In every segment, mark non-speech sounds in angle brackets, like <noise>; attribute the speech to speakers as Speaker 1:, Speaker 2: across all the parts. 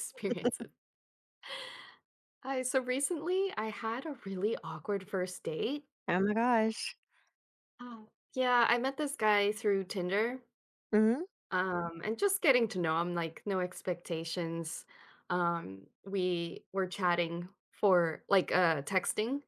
Speaker 1: Experiences. Hi, so recently I had a really awkward first date.
Speaker 2: Oh my gosh.
Speaker 1: Oh. Yeah, I met this guy through Tinder.
Speaker 2: Mhm.
Speaker 1: And just getting to know him, like, no expectations. We were chatting for like texting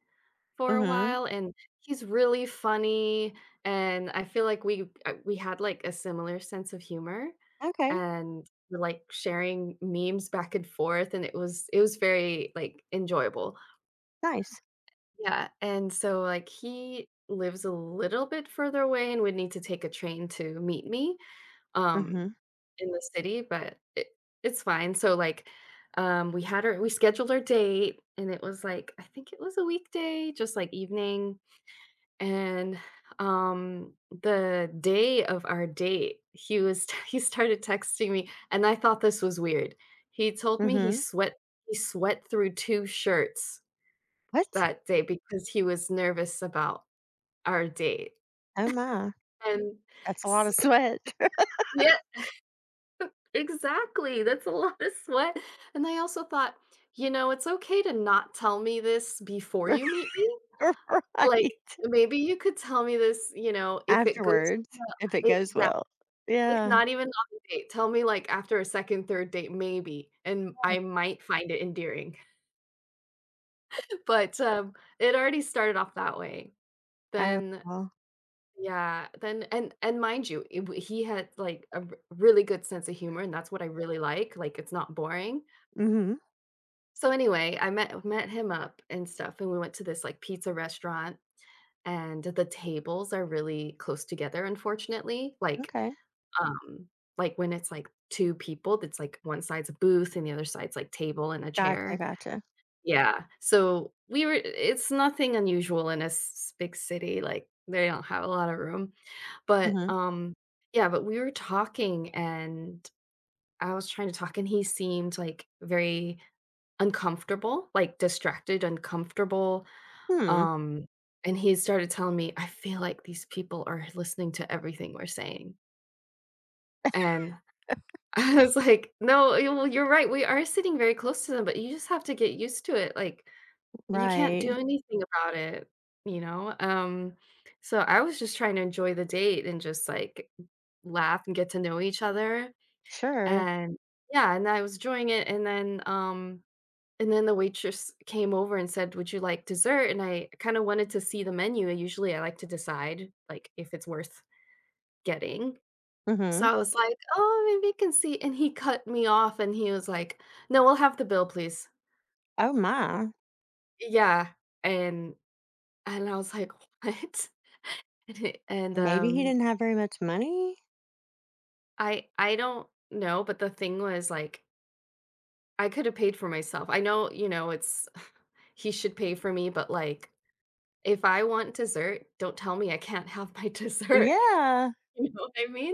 Speaker 1: for a
Speaker 2: Mhm.
Speaker 1: while, and he's really funny, and I feel like we had like a similar sense of humor,
Speaker 2: Okay.
Speaker 1: and we're, like, sharing memes back and forth, and it was very, like, enjoyable.
Speaker 2: Nice.
Speaker 1: Yeah, and so, like, he lives a little bit further away and would need to take a train to meet me, um,
Speaker 2: Mhm.
Speaker 1: in the city, but it's fine. So, like, we scheduled our date, and it was, like, I think it was a weekday, just, like, evening, and, um, the day of our date, he was <laughs> he started texting me, and I thought this was weird. He told me he
Speaker 2: Mhm.
Speaker 1: sweat he sweat through 2 shirts.
Speaker 2: What?
Speaker 1: That day, because he was nervous about our date.
Speaker 2: Oh my.
Speaker 1: And
Speaker 2: That's a lot
Speaker 1: s
Speaker 2: of sweat.
Speaker 1: Yeah, exactly, that's a <laughs> lot of sweat, and I also thought, "You know, it's okay to not tell me this before you
Speaker 2: <laughs>
Speaker 1: meet me, like,
Speaker 2: Right.
Speaker 1: maybe you could tell me this, you know, if it goes
Speaker 2: Afterwards,
Speaker 1: well."
Speaker 2: if it goes
Speaker 1: Exactly,
Speaker 2: well.
Speaker 1: like,
Speaker 2: Yeah.
Speaker 1: not even on the date, tell me, like, after a second, third date, maybe, and I might find it endearing, <laughs> but, it already started off that way.
Speaker 2: Oh
Speaker 1: Then
Speaker 2: well.
Speaker 1: Yeah, then and mind you, it w he had, like, a r really good sense of humor, and that's what I really like, it's not boring.
Speaker 2: Mhm.
Speaker 1: So, anyway, I met him up and stuff, and we went to this, like, pizza restaurant, and the tables are really close together, unfortunately, like,
Speaker 2: Okay.
Speaker 1: Mm. um, like, when it's, like, 2 people, that's, like, one side's a booth and the other side's, like, table and a
Speaker 2: Gotcha.
Speaker 1: chair.
Speaker 2: Gotcha.
Speaker 1: Yeah, so we were it's nothing unusual in a s s big city, like, they don't have a lot of room. But,
Speaker 2: Mhm.
Speaker 1: yeah, but we were talking, and I was trying to talk, and he seemed, like, very uncomfortable, like, distracted, uncomfortable.
Speaker 2: Hmm.
Speaker 1: Um, and he started telling me, "I feel like these people are listening to everything we're saying." And <laughs> I was like, "No, y well, you're right, we are sitting very close to them, but you just have to get used to it, like, you can't
Speaker 2: Right.
Speaker 1: do anything about it, you know?" So I was just trying to enjoy the date and just, like, laugh and get to know each other,
Speaker 2: Sure.
Speaker 1: and yeah, and I was enjoying it, and then, and then the waitress came over and said, "Would you like dessert?" And I kinda wanted to see the menu, and usually I like to decide, like, if it's worth getting. So
Speaker 2: Mhm.
Speaker 1: I was like, "Oh, maybe I can see," and he cut me off, and he was like, "No, we'll have the bill, please."
Speaker 2: Oh my.
Speaker 1: Yeah, and I was like, <laughs> "What?" <laughs> and
Speaker 2: Maybe he
Speaker 1: um
Speaker 2: didn't have very much money.
Speaker 1: i i don't know, but the thing was, like, I could have paid for myself, I know, it's <sighs> he should pay for me, but, like, if I want dessert, don't tell me I can't have my <laughs> dessert. <laughs>
Speaker 2: Yeah.
Speaker 1: You know what I mean?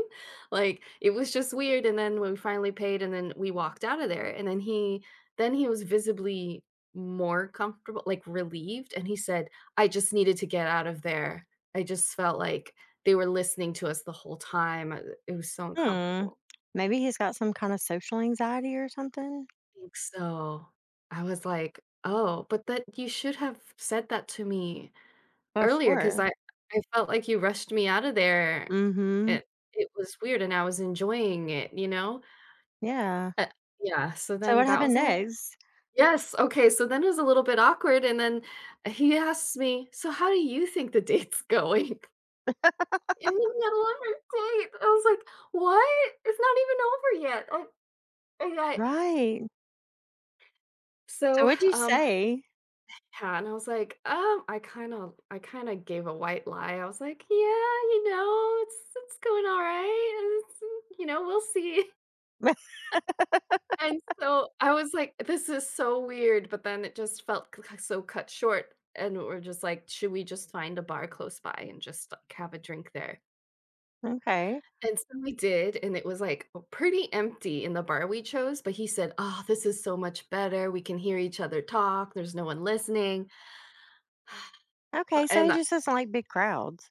Speaker 1: Like, it was just weird, and then when we finally paid and then we walked out of there, and then he was visibly more comfortable, like, relieved, and he said, "I just needed to get out of there. I just felt like they were listening to us the whole time. I It was so
Speaker 2: Hmm.
Speaker 1: uncomfortable."
Speaker 2: Maybe he's got some kind of social anxiety or something
Speaker 1: Think so. I was like, "Oh, but that you should have said that to me earlier, because
Speaker 2: before.
Speaker 1: I felt like you rushed me out of there."
Speaker 2: Mm-hmm.
Speaker 1: It it was weird, and I was enjoying it, you know?
Speaker 2: Yeah.
Speaker 1: Uh, yeah, so
Speaker 2: So
Speaker 1: then
Speaker 2: what
Speaker 1: that
Speaker 2: happened
Speaker 1: was a little
Speaker 2: next?
Speaker 1: yes, okay, so then it was a little bit awkward, and then he asks me, "So how do you think the date's going?" <laughs> In the middle of our date, I was like, "What? It's not even over yet." I
Speaker 2: Right. So
Speaker 1: So,
Speaker 2: what'd you say?
Speaker 1: yeah, and I was like, " I kinda gave a white lie." I was like, "Yeah, you know, it's going all right, it's, you know, we'll see."
Speaker 2: <laughs>
Speaker 1: And so I was like, "This is so weird," but then it just felt c so cut short, and we're just like, "Should we just find a bar close by and just, like, have a drink there?"
Speaker 2: Okay.
Speaker 1: And so we did, and it was, like, pretty empty in the bar we chose, but he said, "Oh, this is so much better, we can hear each other talk, there's no one listening."
Speaker 2: Okay, so he
Speaker 1: And
Speaker 2: just doesn't like big crowds.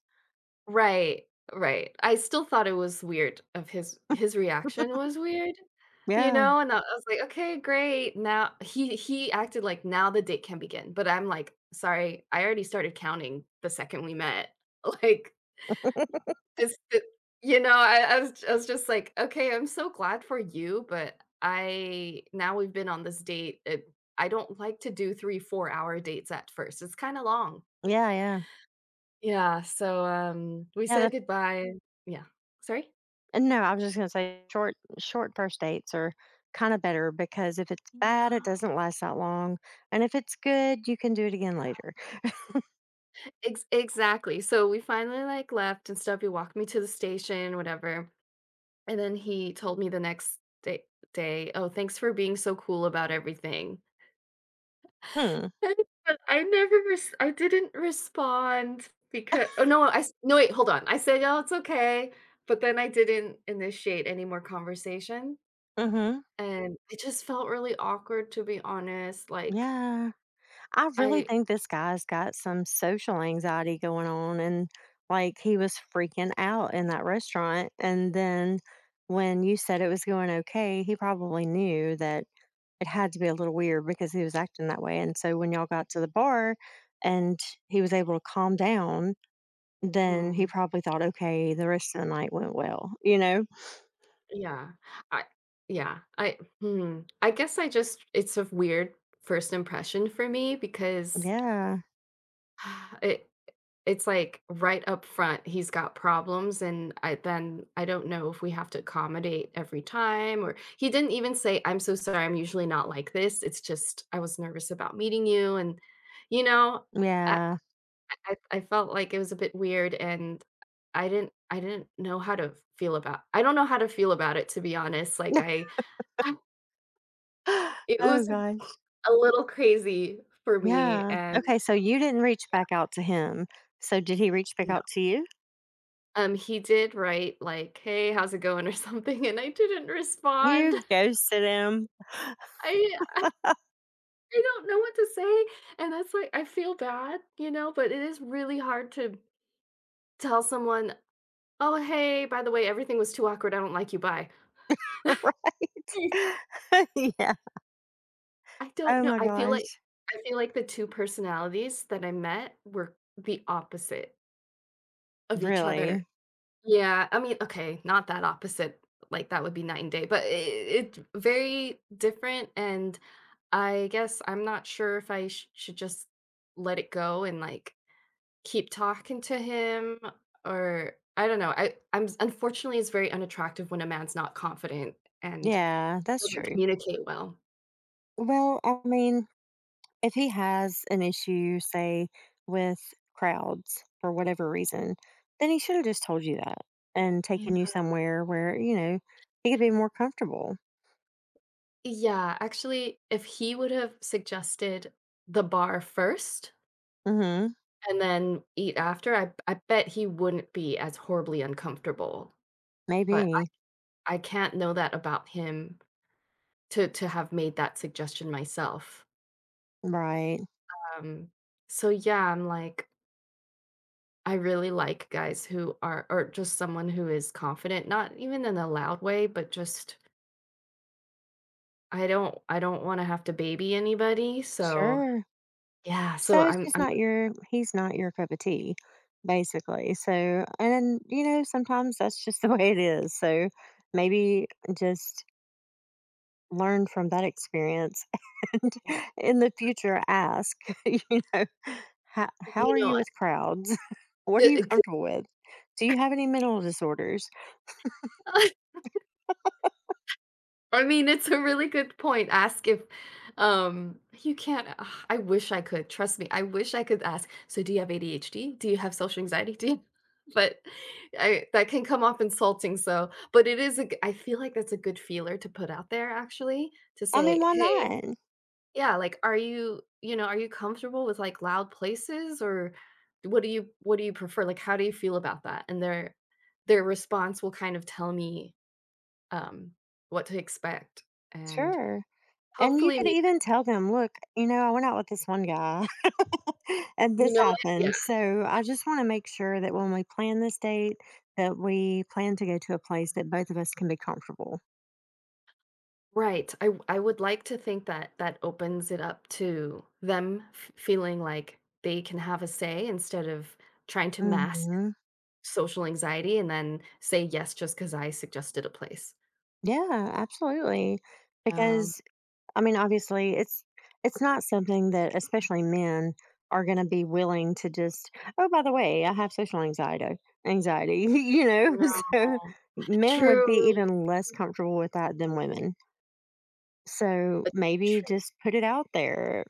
Speaker 1: Right, right. I still thought it was weird of his reaction was weird, you
Speaker 2: Yeah.
Speaker 1: know, and I was like, "Okay, great." Now he acted like now the date can begin, but I'm like, "Sorry, I already started counting the second we met." <laughs> Like, this th you know, I was just like, "Okay, I'm so glad for you, but I now we've been on this date, it I don't like to do 3, 4-hour dates at first, it's kinda long."
Speaker 2: Yeah, yeah.
Speaker 1: Yeah, so, we
Speaker 2: Yeah,
Speaker 1: said
Speaker 2: the
Speaker 1: goodbye. Yeah, sorry?
Speaker 2: and no, I was just gonna say short first dates are kinda better because if it's bad, it
Speaker 1: No.
Speaker 2: doesn't last that long, and if it's good, you can do it again later.
Speaker 1: Ex exactly, so we finally, like, left and stuff, he walked me to the station, whatever, and then he told me the next day, "Oh, thanks for being so cool about everything."
Speaker 2: Hmm.
Speaker 1: <laughs> But I didn't respond because. No, wait, hold on, I said, "Oh, it's okay," but then I didn't initiate any more conversation,
Speaker 2: Mhm.
Speaker 1: and it just felt really awkward, to be honest, like,
Speaker 2: Yeah. I really
Speaker 1: I
Speaker 2: think this guy's got some social anxiety going on and like he was freaking out in that restaurant and then when you said it was going okay, he probably knew that it had to be a little weird because he was acting that way and so when y'all got to the bar and he was able to calm down, then he
Speaker 1: hmm.
Speaker 2: probably thought, "Okay, the rest of the night went well," you know?
Speaker 1: Yeah. I yeah, I guess I just it's a weird first impression for me, because
Speaker 2: Yeah.
Speaker 1: <sighs> it it's like right up front he's got problems, and I don't know if we have to accommodate every time. Or he didn't even say, I'm so sorry, I'm usually not like this. It's just I was nervous about meeting you, and you know I
Speaker 2: Yeah.
Speaker 1: I felt like it was a bit weird, and I didn't know how to feel about I don't know how to feel about it, to be honest. Like
Speaker 2: <laughs>
Speaker 1: I <sighs> <laughs> It
Speaker 2: Oh
Speaker 1: was
Speaker 2: god.
Speaker 1: a little crazy for me,
Speaker 2: Yeah.
Speaker 1: and
Speaker 2: Okay, so you didn't reach back out to him. So did he reach back
Speaker 1: no.
Speaker 2: out to you?
Speaker 1: He did write, like, "Hey, how's it going?" or something, and I didn't respond.
Speaker 2: You
Speaker 1: <laughs>
Speaker 2: ghosted him.
Speaker 1: I I I don't know what to say, and that's, like, I feel bad, you know, but it is really hard to tell someone, "Oh, hey, by the way, everything was too awkward, I don't like you, bye."
Speaker 2: <laughs> Right.
Speaker 1: <laughs>
Speaker 2: <laughs> Yeah.
Speaker 1: I don't
Speaker 2: Oh
Speaker 1: know,
Speaker 2: my
Speaker 1: I feel like
Speaker 2: gosh.
Speaker 1: I feel like the 2 personalities that I met were the opposite of each other.
Speaker 2: Really?
Speaker 1: Yeah, I mean, okay, not that opposite, like, that would be night and day, but I it very different, and I guess I'm not sure if I sh should just let it go and, like, keep talking to him. Or I don't know, I I'm unfortunately, it's very unattractive when a man's not confident and
Speaker 2: Yeah, that's
Speaker 1: doesn't
Speaker 2: true.
Speaker 1: communicate well.
Speaker 2: Well, I mean, if he has an issue, say, with crowds for whatever reason, then he should have just told you that and taken you
Speaker 1: Yeah.
Speaker 2: somewhere where, you know, he could be more comfortable.
Speaker 1: Yeah, actually, if he would have suggested the bar first
Speaker 2: Mhm.
Speaker 1: and then eat after, I bet he wouldn't be as horribly uncomfortable. But
Speaker 2: Maybe.
Speaker 1: I can't know that about him to have made that suggestion myself.
Speaker 2: Right.
Speaker 1: Um, so yeah, I'm like, I really like guys who are or just someone who is confident, not even in a loud way, but just I don't wanna have to baby anybody, so
Speaker 2: Sure.
Speaker 1: yeah, so
Speaker 2: So it's just not your he's not your cup of tea, basically. So, and then, you know, sometimes that's just <laughs> the way it is. So maybe just learn from that experience <laughs> and in the future ask, <laughs> you know, how
Speaker 1: you
Speaker 2: are you
Speaker 1: know,
Speaker 2: with crowds? <laughs> What are you comfortable with? Do you have any mental disorders?
Speaker 1: <laughs> <laughs> I mean, it's a really good point. Ask if you can't. I wish I could. Trust me. I wish I could ask, so do you have ADHD? Do you have social anxiety? Do you <laughs> but I that can come off insulting, so but it is a g I feel like that's a good feeler to put out there, actually, to
Speaker 2: I mean,
Speaker 1: say,
Speaker 2: why
Speaker 1: "Hey."
Speaker 2: not?
Speaker 1: Yeah, like, "Are you," you know, "Are you comfortable with, like, loud places, or what do you prefer? Like, how do you feel about that?" And their response will kind of tell me, um, what to expect, and
Speaker 2: Sure. And you
Speaker 1: hopefully
Speaker 2: could
Speaker 1: make
Speaker 2: even tell them, look, you know, I went out with this one guy. And this
Speaker 1: you know what? Yeah.
Speaker 2: happened. So I just want to make sure that when we plan this date, that we plan to go to a place that both of us can be comfortable.
Speaker 1: Right. I would like to think that that opens it up to them feeling like they can have a say instead of trying to mask
Speaker 2: Hmm.
Speaker 1: social anxiety and then say yes just because I suggested a place.
Speaker 2: Yeah, absolutely.
Speaker 1: Yeah,
Speaker 2: Because I mean, obviously, it's not something that especially men are going to be willing to just. Oh, by the way, I have social anxiety. Anxiety, <laughs> you
Speaker 1: I
Speaker 2: know. <laughs> So
Speaker 1: know. <sighs>
Speaker 2: men would be
Speaker 1: True.
Speaker 2: even less comfortable with that than women. So
Speaker 1: But
Speaker 2: maybe
Speaker 1: True.
Speaker 2: just put it out there.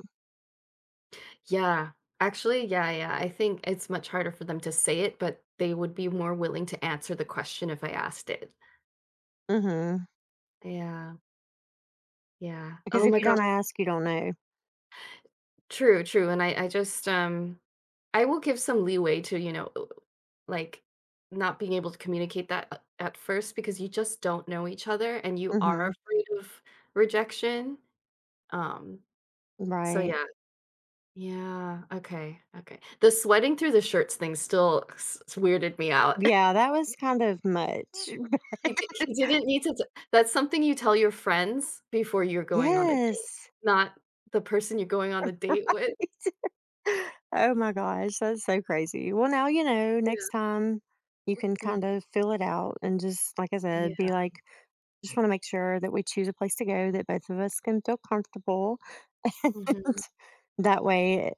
Speaker 1: Yeah. Actually, yeah, yeah. I think it's much harder for them to say it, but they would be more willing to answer the question if I asked it.
Speaker 2: Hmm.
Speaker 1: Yeah. Yeah.
Speaker 2: Because
Speaker 1: Oh
Speaker 2: if
Speaker 1: my
Speaker 2: you don't
Speaker 1: gosh.
Speaker 2: ask, you don't know.
Speaker 1: True, true. And I will give some leeway to, like, not being able to communicate at first, because you just don't know each other, and you are
Speaker 2: Mhm.
Speaker 1: afraid of rejection. Um so
Speaker 2: Right.
Speaker 1: yeah. Yeah. Okay, okay. The sweating through the shirts thing still weirded me out. <laughs>
Speaker 2: Yeah, that was kind of much.
Speaker 1: He didn't need to. That's something you tell your friends before you're going on a date,
Speaker 2: Yes.
Speaker 1: not the person you're going on a date
Speaker 2: <laughs>
Speaker 1: with.
Speaker 2: Right. Oh my gosh, that's so crazy. Well, now you know, next
Speaker 1: Yeah.
Speaker 2: time you can kind
Speaker 1: Mhm.
Speaker 2: of fill it out and just, like I said,
Speaker 1: Yeah.
Speaker 2: be like, just want to make sure that we choose a place to go that both of us can feel comfortable. <laughs>
Speaker 1: Hmm.
Speaker 2: That way,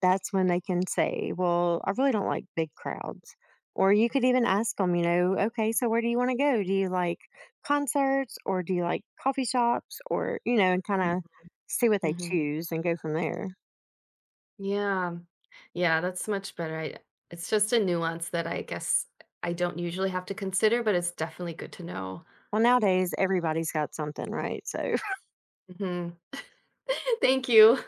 Speaker 2: that's when they can say, "Well, I really don't like big crowds." Or you could even ask them, you know, "Okay, so where do you want to go? Do you like concerts or do you like coffee shops?" Or, you know, and kind
Speaker 1: Mhm,
Speaker 2: of see what they
Speaker 1: mhm.
Speaker 2: choose and go from there.
Speaker 1: Yeah, yeah, that's much better. I It's just a nuance that I guess I don't usually have to consider, but it's definitely good to know.
Speaker 2: Well, nowadays, everybody's got something, right? So
Speaker 1: Mhm. <laughs> Thank you.